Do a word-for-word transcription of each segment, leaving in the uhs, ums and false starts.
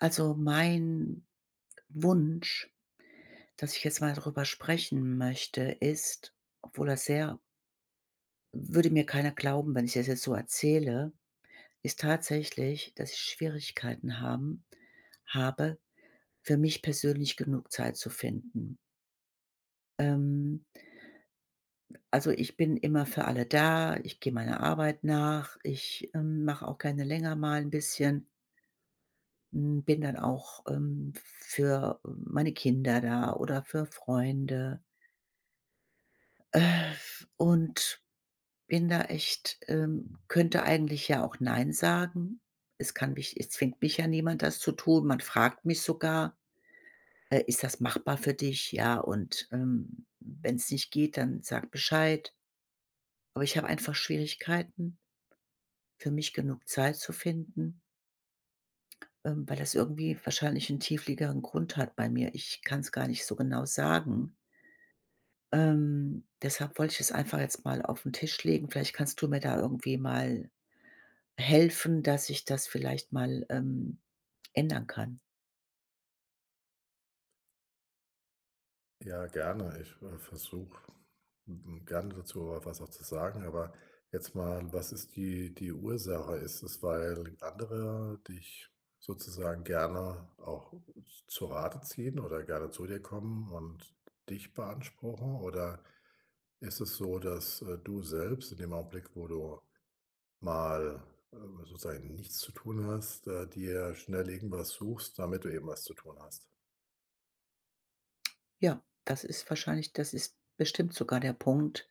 Also, mein Wunsch, dass ich jetzt mal darüber sprechen möchte, ist, obwohl das sehr würde mir keiner glauben, wenn ich das jetzt so erzähle, ist tatsächlich, dass ich Schwierigkeiten haben habe, für mich persönlich genug Zeit zu finden. Ähm, also, ich bin immer für alle da, ich gehe meiner Arbeit nach, ich, ähm, mache auch gerne länger mal ein bisschen, hm, bin dann auch, ähm, für meine Kinder da oder für Freunde. Äh, und bin da echt ähm, könnte eigentlich ja auch nein sagen. Es kann mich es zwingt mich ja niemand, das zu tun. Man fragt mich sogar: „Äh, ist das machbar für dich?“ Ja, und, ähm, wenn's nicht geht, dann sag Bescheid. Aber ich habe einfach Schwierigkeiten, für mich genug Zeit zu finden, ähm, weil das irgendwie wahrscheinlich 'n tiefliegeren Grund hat bei mir. Ich kann's gar nicht so genau sagen. Ähm, deshalb wollte ich es einfach jetzt mal auf'n Tisch legen. Vielleicht kannst du mir da irgendwie mal Helfen, dass ich das vielleicht mal, ähm, ändern kann. Ja, gerne. Ich, äh, versuche, hm, gerne dazu was auch zu sagen, aber jetzt mal, was ist die die Ursache? Ist es, weil andere dich sozusagen gerne auch zu Rate ziehen oder gerne zu dir kommen und dich beanspruchen? Oder ist es so, dass, äh, du selbst in dem Augenblick, wo du mal, äh, sozusagen nichts zu tun hast, äh, dir schnell irgendwas suchst, damit du eben was zu tun hast? Ja, das ist wahrscheinlich das ist bestimmt sogar der Punkt,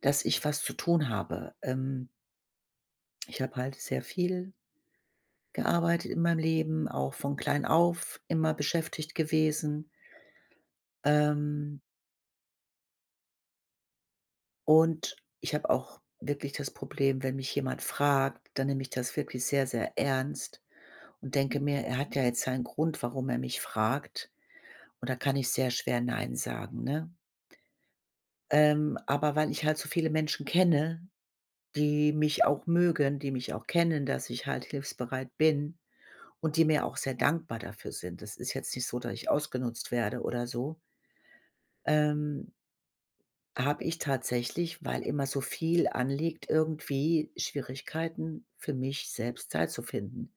dass ich was zu tun habe. Ähm, ich habe halt sehr viel gearbeitet in meinem Leben, auch von klein auf immer beschäftigt gewesen. Ähm, und ich habe auch wirklich das Problem, wenn mich jemand fragt, dann nehme ich das wirklich sehr, sehr ernst und denke mir: „Er hat ja jetzt seinen Grund, warum er mich fragt.“ Und da kann ich sehr schwer „Nein“ sagen, ne? Ähm, aber weil ich halt so viele Menschen kenne, die mich auch mögen, die mich auch kennen, dass ich halt hilfsbereit bin und die mir auch sehr dankbar dafür sind. Das ist jetzt nicht so, dass ich ausgenutzt werde oder so. Ähm, Habe ich tatsächlich, weil immer so viel anliegt, irgendwie Schwierigkeiten für mich selbst Zeit zu finden,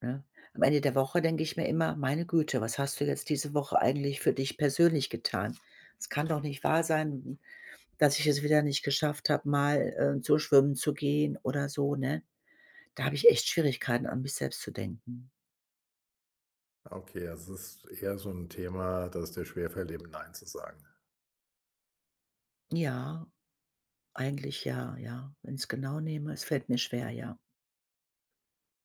ne? Am Ende der Woche denke ich mir immer: „Meine Güte, was hast du jetzt diese Woche eigentlich für dich persönlich getan? Es kann doch nicht wahr sein, dass ich es wieder nicht geschafft habe, mal, äh, so schwimmen zu gehen oder so, ne? Da habe ich echt Schwierigkeiten, an mich selbst zu denken. Okay, also es ist eher so ein Thema, dass es dir schwerfällt, eben „Nein“ zu sagen. Ja, eigentlich ja, ja. Wenn ich es genau nehme, es fällt mir schwer, ja.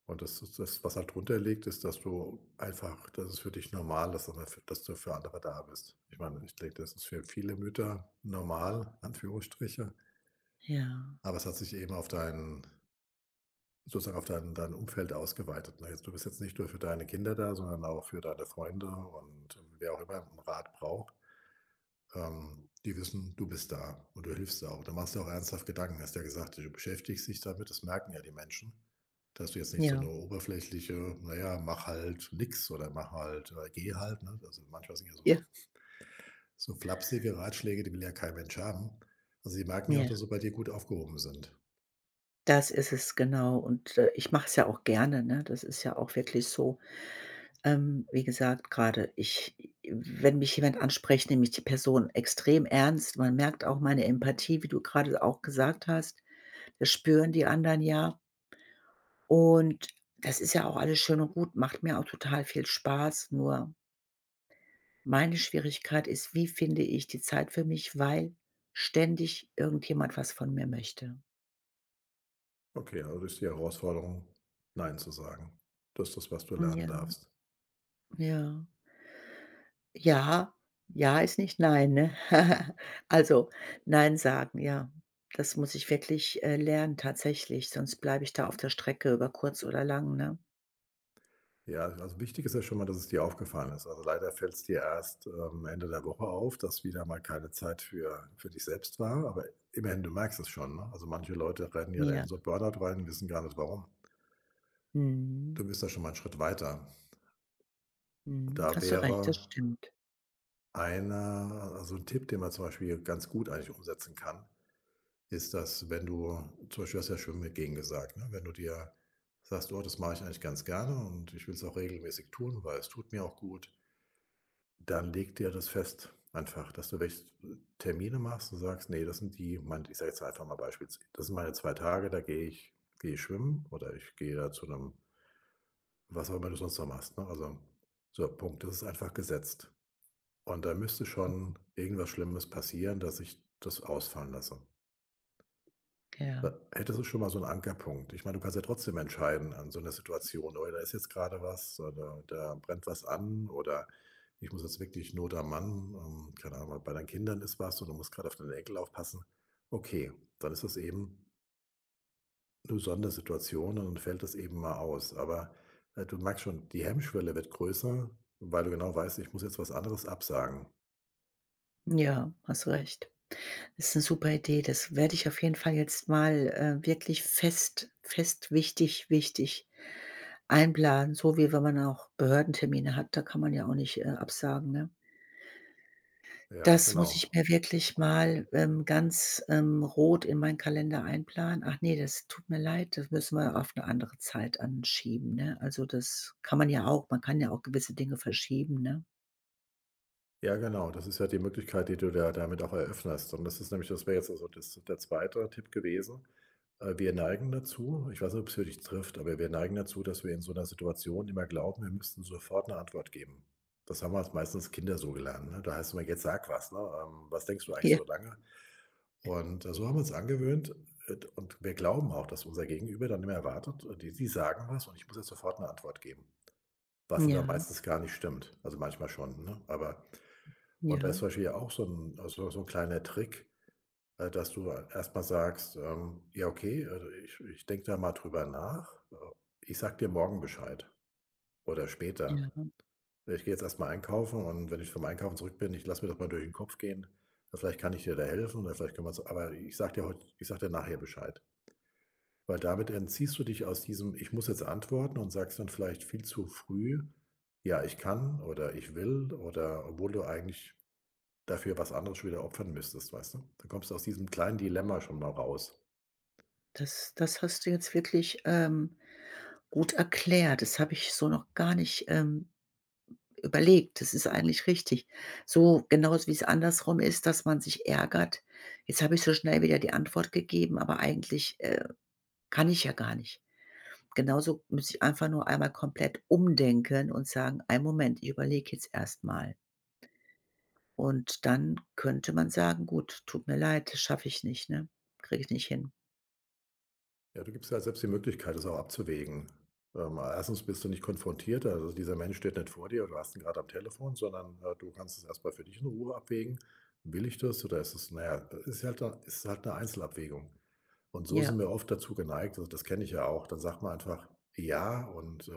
Und das ist das, was halt drunter liegt, ist, dass du einfach dass es für dich normal ist, aber für dass du für andere da bist. Ich meine, ich denke, das ist für viele Mütter normal, Anführungsstriche, Ja, aber es hat sich eben auf dein sozusagen auf dein dein Umfeld ausgeweitet, ne? Jetzt du bist jetzt nicht nur für deine Kinder da, sondern auch für deine Freunde und ähm, wer auch immer einen Rat braucht. Ähm, die wissen, du bist da und du hilfst da auch. Da machst du auch ernsthaft Gedanken. Hast ja gesagt, du beschäftigst dich damit, das merken ja die Menschen, dass du jetzt nicht so ja, eine oberflächliche, naja mach halt nix oder mach halt oder geh halt, ne? Also, manchmal sind ja ja, so so flapsige Ratschläge, die will ja kein Mensch haben. Also, sie merken ja auch, ja. dass sie bei dir gut aufgehoben sind. Das ist es, genau. Und, äh, ich mache es ja auch gerne, ne? Das ist ja auch wirklich so. Ähm, wie gesagt, gerade ich wenn mich jemand anspricht, nehme ich die Person extrem ernst. Man merkt auch meine Empathie, wie du gerade auch gesagt hast. Das spüren die anderen ja. Und das ist ja auch alles schön und gut, macht mir auch total viel Spaß, nur meine Schwierigkeit ist, wie finde ich die Zeit für mich, weil ständig irgendjemand was von mir möchte. Okay, also, ist die Herausforderung, nein zu sagen. Das ist das, was du Mhm. lernen Ja, darfst. ja. Ja, ja ist nicht nein, ne? Also, nein sagen, ja. Das muss ich wirklich, äh, lernen tatsächlich, sonst bleibe ich da auf der Strecke über kurz oder lang, ne? Ja, also wichtig ist ja schon mal, dass es dir aufgefallen ist. Also leider fällt es dir erst ähm, Ende der Woche auf, dass wieder mal keine Zeit für, für dich selbst war. Aber immerhin, du merkst es schon. Ne? Also manche Leute rennen ja dann Ja. in so Burnout rein, wissen gar nicht warum. Mhm. Du bist da schon mal einen Schritt weiter. Mhm. Da Hast du recht, das wäre stimmt. einer, also ein Tipp, den man zum Beispiel ganz gut eigentlich umsetzen kann, ist, dass wenn du, zum Beispiel hast du ja schon mit gegen gesagt, ne? Wenn du dir sagst, oh, das mache ich eigentlich ganz gerne und ich will es auch regelmäßig tun, weil es tut mir auch gut. Dann leg dir das fest einfach, dass du welche Termine machst und sagst: nee, das sind die mein“ ich sage jetzt einfach mal beispielsweise: „Das sind meine zwei Tage, da gehe ich gehe ich schwimmen oder ich gehe da zu 'nem“ was auch immer du sonst noch machst, ne? Also, so, Punkt. Das ist einfach gesetzt. Und da müsste schon irgendwas Schlimmes passieren, dass ich das ausfallen lasse. Ja. Da hättest du schon mal so einen Ankerpunkt. Ich meine, du kannst ja trotzdem entscheiden an so einer Situation: Oder da ist jetzt gerade was oder da brennt was an oder ich muss jetzt wirklich Not am Mann, ähm, keine Ahnung, bei deinen Kindern ist was und du musst gerade auf deine Enkel aufpassen.“ Okay, dann ist das eben 'ne Sondersituation und dann fällt das eben mal aus. Aber, äh, du merkst schon, die Hemmschwelle wird größer, weil du genau weißt: „Ich muss jetzt was anderes absagen.“ Ja, hast recht. Ist 'ne super Idee. Das werde ich auf jeden Fall jetzt mal, äh, wirklich fest fest wichtig wichtig einplanen, so wie wenn man auch Behördentermine hat. Da kann man ja auch nicht, äh, absagen, ne? Ja, Das muss ich genau. mir wirklich mal, ähm, ganz, ähm, rot in meinen Kalender einplanen. Ach ne, das tut mir leid, das müssen wir auf 'ne andere Zeit anschieben, ne? Also, das kann man ja auch man kann ja auch gewisse Dinge verschieben, ne? Ja, genau. Das ist ja die Möglichkeit, die du da damit auch eröffnest. Und das ist nämlich das wäre jetzt also das der zweite Tipp gewesen. Äh, wir neigen dazu ich weiß nicht, ob's für dich trifft, aber wir neigen dazu, dass wir in so einer Situation immer glauben, wir müssten sofort eine Antwort geben. Das haben wir als meistens Kinder so gelernt, ne? Da heißt es immer: „Jetzt sag was, ne? Ähm, was denkst du eigentlich Ja, so lange?“ Und, äh, so haben wir uns angewöhnt, äh, und wir glauben auch, dass unser Gegenüber dann immer erwartet, äh, die die sagen was und ich muss jetzt sofort eine Antwort geben, was aber ja, meistens gar nicht stimmt. Also, manchmal schon, ne? Aber und da ist ja, zum Beispiel ja auch so ein also, so ein kleiner Trick, äh, dass du erstmal sagst, ähm: „Ja, okay, also, ich ich denke da mal drüber nach. Äh, ich sag dir morgen Bescheid oder später. ja. Ich gehe jetzt erstmal einkaufen und wenn ich vom Einkaufen zurück bin, ich lasse mir das mal durch den Kopf gehen. Ja, vielleicht kann ich dir da helfen oder vielleicht können wir's aber ich sag dir heute, ich sag dir nachher Bescheid.“ Weil damit entziehst du dich aus diesem „Ich muss jetzt antworten“ und sagst dann vielleicht viel zu früh: „Ja, ich kann“ oder „Ich will“ oder obwohl du eigentlich dafür was anderes schon wieder opfern müsstest, weißt du? Dann kommst du aus diesem kleinen Dilemma schon mal raus. Das das hast du jetzt wirklich, ähm gut erklärt. Das habe ich so noch gar nicht, ähm, überlegt. Das ist eigentlich richtig. So genauso wie es andersrum ist, dass man sich ärgert: „Jetzt habe ich so schnell wieder die Antwort gegeben, aber eigentlich, äh, kann ich ja gar nicht.“ Genauso muss ich einfach nur einmal komplett umdenken und sagen: „Einen Moment, ich überlege jetzt erstmal. Und dann könnte man sagen: „Gut, tut mir leid, das schaffe ich nicht, ne? Kriege ich nicht hin.“ Ja, du gibst dir ja selbst die Möglichkeit, das auch abzuwägen. Ähm, erstens bist du nicht konfrontiert, also dieser Mensch steht nicht vor dir, du hast ihn gerade am Telefon, sondern, äh, du kannst es erst mal für dich in Ruhe abwägen. Will ich das oder ist es naja, ja, ist halt da ist halt 'ne Einzelabwägung. Und so sind Ja, wir oft dazu geneigt, also das kenne ich ja auch, dann sagt man einfach: „Ja“ und, äh,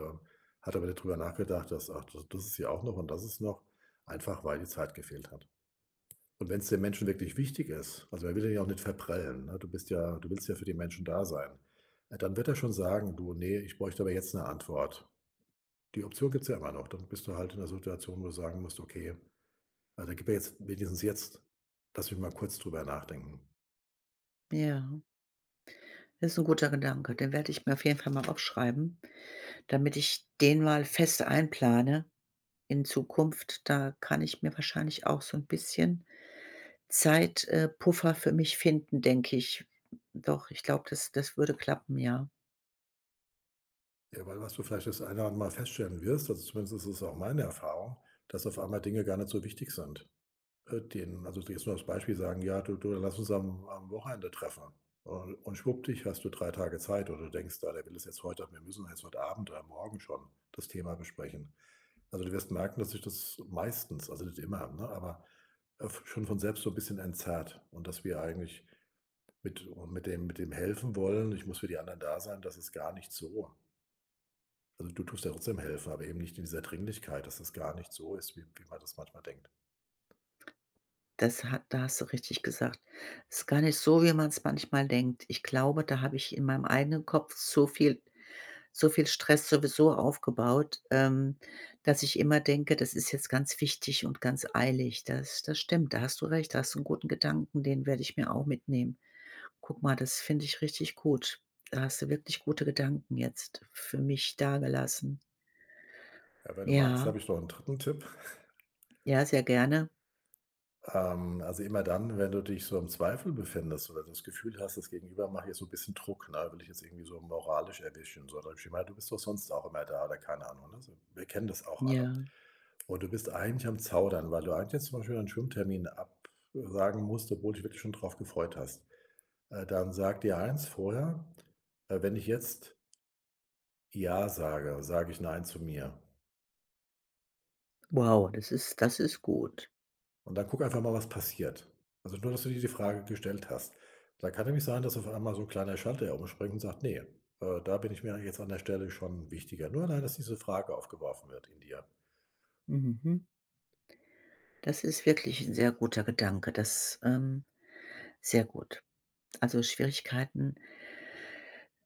hat aber nicht drüber nachgedacht, dass: „Ach, das das ist ja auch noch und das ist noch“, einfach weil die Zeit gefehlt hat. Und wenn es den Menschen wirklich wichtig ist, also, er will den ja auch nicht verprellen, ne? Du bist ja du willst ja für die Menschen da sein. Äh, dann wird er schon sagen: „Du, nee, ich bräuchte aber jetzt eine Antwort.“ Die Option gibt's ja immer noch. Dann bist du halt in der Situation, wo du sagen musst: „Okay, also, gib mir jetzt wenigstens jetzt lass mich mal kurz drüber nachdenken.“ ja. Das ist ein guter Gedanke. Den werde ich mir auf jeden Fall mal aufschreiben. Damit ich den mal fest einplane in Zukunft, da kann ich mir wahrscheinlich auch so 'n bisschen Zeit äh, Puffer für mich finden, denke ich. Doch, ich glaube, das das würde klappen, ja. Ja, weil was du vielleicht das eine oder andere Mal feststellen wirst, also, zumindest ist es auch meine Erfahrung, dass auf einmal Dinge gar nicht so wichtig sind. Äh, den also jetzt nur als Beispiel sagen: „Ja, du du, lass uns am am Wochenende treffen.“ Und und schwuppdiwupp hast du drei Tage Zeit oder du denkst: „Ah, der will es jetzt heute wir müssen jetzt heute Abend oder morgen schon das Thema besprechen.“ Also, du wirst merken, dass sich das meistens, also nicht immer, ne, aber, äh, schon von selbst so ein bisschen entzerrt und dass wir eigentlich mit und mit dem mit dem Helfen-wollen, ich muss für die anderen da sein, das ist gar nicht so. Also, du tust ja trotzdem helfen, aber eben nicht in dieser Dringlichkeit, dass das gar nicht so ist, wie wie man das manchmal denkt. Das hat da hast du richtig gesagt. Ist gar nicht so, wie man's manchmal denkt. Ich glaube, da habe ich in meinem eigenen Kopf so viel so viel Stress sowieso aufgebaut, ähm, dass ich immer denke, das ist jetzt ganz wichtig und ganz eilig. Das das stimmt, da hast du recht, da hast du 'n guten Gedanken, den werde ich mir auch mitnehmen. Guck mal, das finde ich richtig gut. Da hast du wirklich gute Gedanken jetzt für mich dagelassen. Ja, wenn du magst, Ja, habe ich noch einen dritten Tipp. ja, sehr gerne. Ähm, also immer dann, wenn du dich so im Zweifel befindest oder das Gefühl hast, das Gegenüber macht jetzt so ein bisschen Druck, ne, will ich jetzt irgendwie so moralisch erwischen, so nach dem Schema: „Du bist doch sonst auch immer da“ oder keine Ahnung, ne? So, wir kennen das auch alle. Ja. Und du bist eigentlich am Zaudern, weil du eigentlich jetzt zum Beispiel einen Schwimmtermin absagen musst, obwohl du dich wirklich schon drauf gefreut hast. Äh, dann sag dir eins vorher, äh: „Wenn ich jetzt ja sage, sage ich nein zu mir.“ Wow, das ist das ist gut. Und dann guck einfach mal, was passiert. Also nur, dass du dir die Frage gestellt hast. Da kann nämlich sein, dass auf einmal so 'n kleiner Schalter umspringt und sagt: „Ne, äh, da bin ich mir jetzt an der Stelle schon wichtiger.“ Nur allein, dass diese Frage aufgeworfen wird in dir. Mhm. Das ist wirklich ein sehr guter Gedanke. Das, ähm sehr gut. Also, Schwierigkeiten,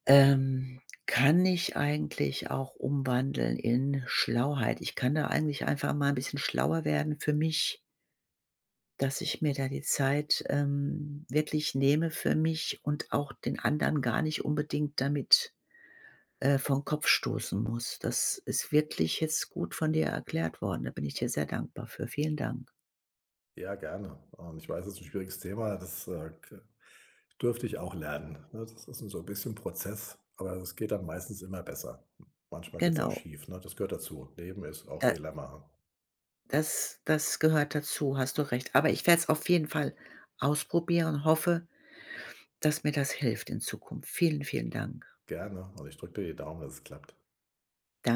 ähm, kann ich eigentlich auch umwandeln in Schlauheit. Ich kann da eigentlich einfach mal ein bisschen schlauer werden für mich. Dass ich mir da die Zeit, ähm, wirklich nehme für mich und auch den anderen gar nicht unbedingt damit, äh, vor Kopf stoßen muss. Das ist wirklich jetzt gut von dir erklärt worden. Da bin ich dir sehr dankbar für. Vielen Dank. Ja, gerne. Und ich weiß, es ist ein schwieriges Thema. Das, äh, k durfte ich auch lernen, ne? Das ist 'n so ein bisschen Prozess, aber es geht dann meistens immer besser. Manchmal geht es auch Genau, schief, ne? Das gehört dazu. Leben ist auch da Fehler machen. das das gehört dazu, hast du recht. Aber ich werde es auf jeden Fall ausprobieren und hoffe, dass mir das hilft in Zukunft. Vielen, vielen Dank. Gerne und ich drücke dir die Daumen, dass es klappt. Da